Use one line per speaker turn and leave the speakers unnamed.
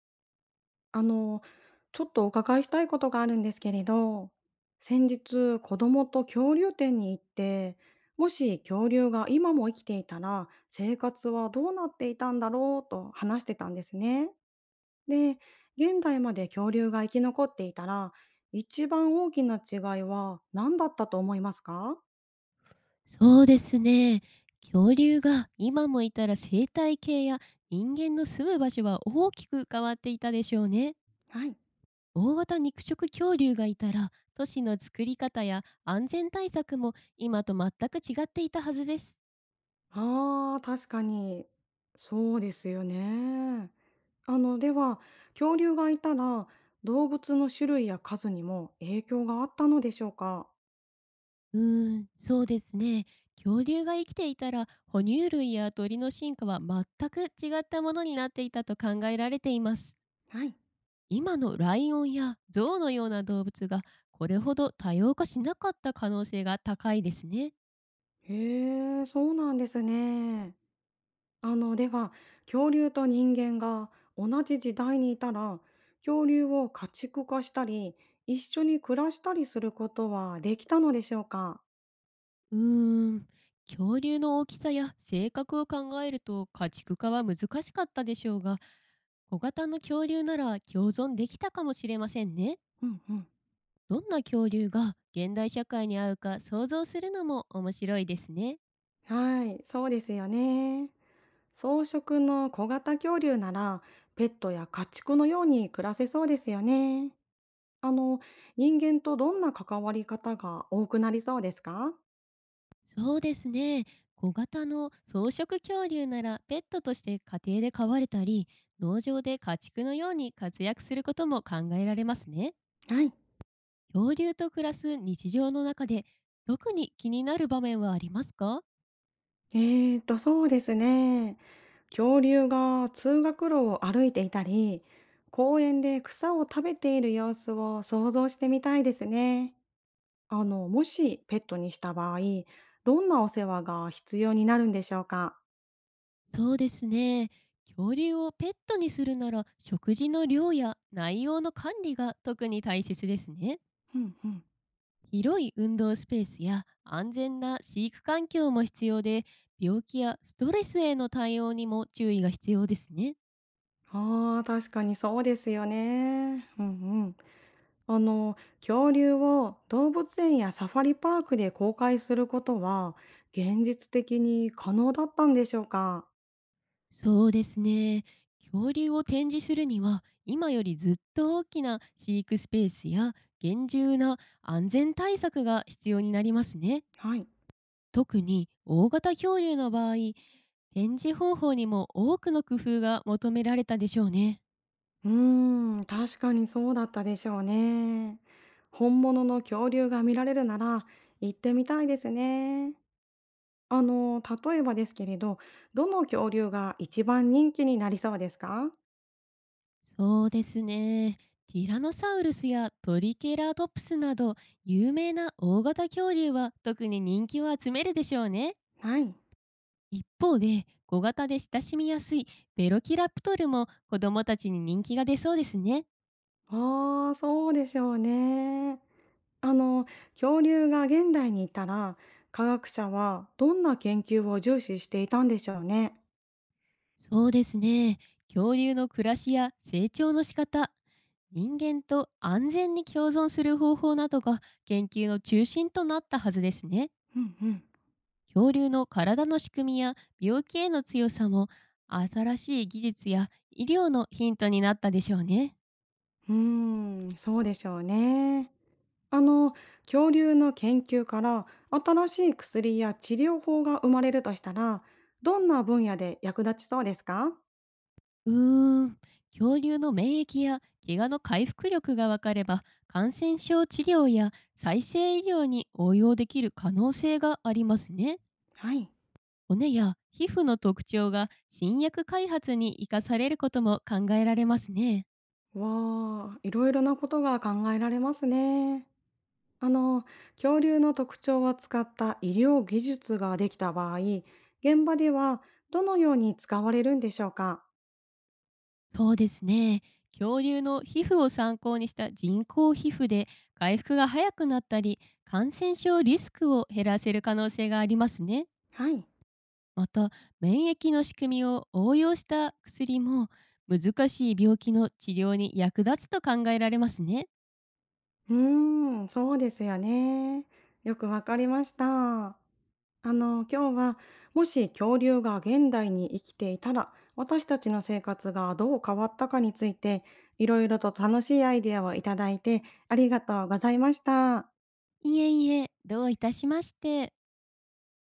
あの、ちょっとお伺いしたいことがあるんですけれど、先日子供と恐竜展に行って、もし恐竜が今も生きていたら生活はどうなっていたんだろうと話してたんですね。で、現代まで恐竜が生き残っていたら、一番大きな違いは何だったと思いますか？
そうですね。恐竜が今もいたら生態系や人間の住む場所は大きく変わっていたでしょうね。
はい。
大型肉食恐竜がいたら都市の作り方や安全対策も今と全く違っていたはずです。
ああ、確かに。そうですよね。では、恐竜がいたら、動物の種類や数にも影響があったのでしょうか？
うーん、そうですね。恐竜が生きていたら哺乳類や鳥の進化は全く違ったものになっていたと考えられています。
はい。
今のライオンやゾウのような動物がこれほど多様化しなかった可能性が高いですね。
へえ、そうなんですね。では、恐竜と人間が同じ時代にいたら、恐竜を家畜化したり、一緒に暮らしたりすることはできたのでしょうか？
うーん、恐竜の大きさや性格を考えると家畜化は難しかったでしょうが、小型の恐竜なら共存できたかもしれませんね。
うんうん。
どんな恐竜が現代社会に合うか想像するのも面白いですね。
はい、そうですよね。草食の小型恐竜ならペットや家畜のように暮らせそうですよね。あの人間とどんな関わり方が多くなりそうですか？
そうですね。小型の草食恐竜ならペットとして家庭で飼われたり、農場で家畜のように活躍することも考えられますね。
はい。
恐竜と暮らす日常の中で、特に気になる場面はありますか？
えそうですね。恐竜が通学路を歩いていたり公園で草を食べている様子を想像してみたいですね。もしペットにした場合どんなお世話が必要になるんでしょうか？
そうですね。恐竜をペットにするなら、食事の量や内容の管理が特に大切ですね。
うんうん。
広い運動スペースや安全な飼育環境も必要で、病気やストレスへの対応にも注意が必要ですね。
ああ、確かにそうですよね。うんうん。恐竜を動物園やサファリパークで公開することは、現実的に可能だったんでしょうか？
そうですね。恐竜を展示するには、今よりずっと大きな飼育スペースや厳重な安全対策が必要になりますね。
はい。
特に大型恐竜の場合、展示方法にも多くの工夫が求められたでしょうね。
うーん、確かにそうだったでしょうね。本物の恐竜が見られるなら、行ってみたいですね。あの、例えばですけれど、どの恐竜が一番人気になりそうですか？
そうですね。ティラノサウルスやトリケラトプスなど、有名な大型恐竜は特に人気を集めるでしょうね。
はい。
一方で、小型で親しみやすいベロキラプトルも子どもたちに人気が出そうですね。
ああ、そうでしょうね。あの、恐竜が現代にいたら、科学者はどんな研究を重視していたんでしょうね。
そうですね。恐竜の暮らしや成長の仕方、人間と安全に共存する方法などが研究の中心となったはずですね。
うんうん。
恐竜の体の仕組みや病気への強さも、新しい技術や医療のヒントになったでしょうね。
うーん、そうでしょうね。あの、恐竜の研究から新しい薬や治療法が生まれるとしたら、どんな分野で役立ちそうですか？
うーん、恐竜の免疫や怪我の回復力が分かれば、感染症治療や再生医療に応用できる可能性がありますね。
はい。
骨や皮膚の特徴が新薬開発に生かされることも考えられますね。
わあ、いろいろなことが考えられますね。あの、恐竜の特徴を使った医療技術ができた場合、現場ではどのように使われるんでしょうか？
そうですね。恐竜の皮膚を参考にした人工皮膚で、回復が早くなったり、感染症リスクを減らせる可能性がありますね。
はい。
また、免疫の仕組みを応用した薬も、難しい病気の治療に役立つと考えられますね。
うーん、そうですよね。よくわかりました。今日はもし恐竜が現代に生きていたら、私たちの生活がどう変わったかについて、いろいろと楽しいアイデアをいただいてありがとうございました。
いえいえ、どういたしまして。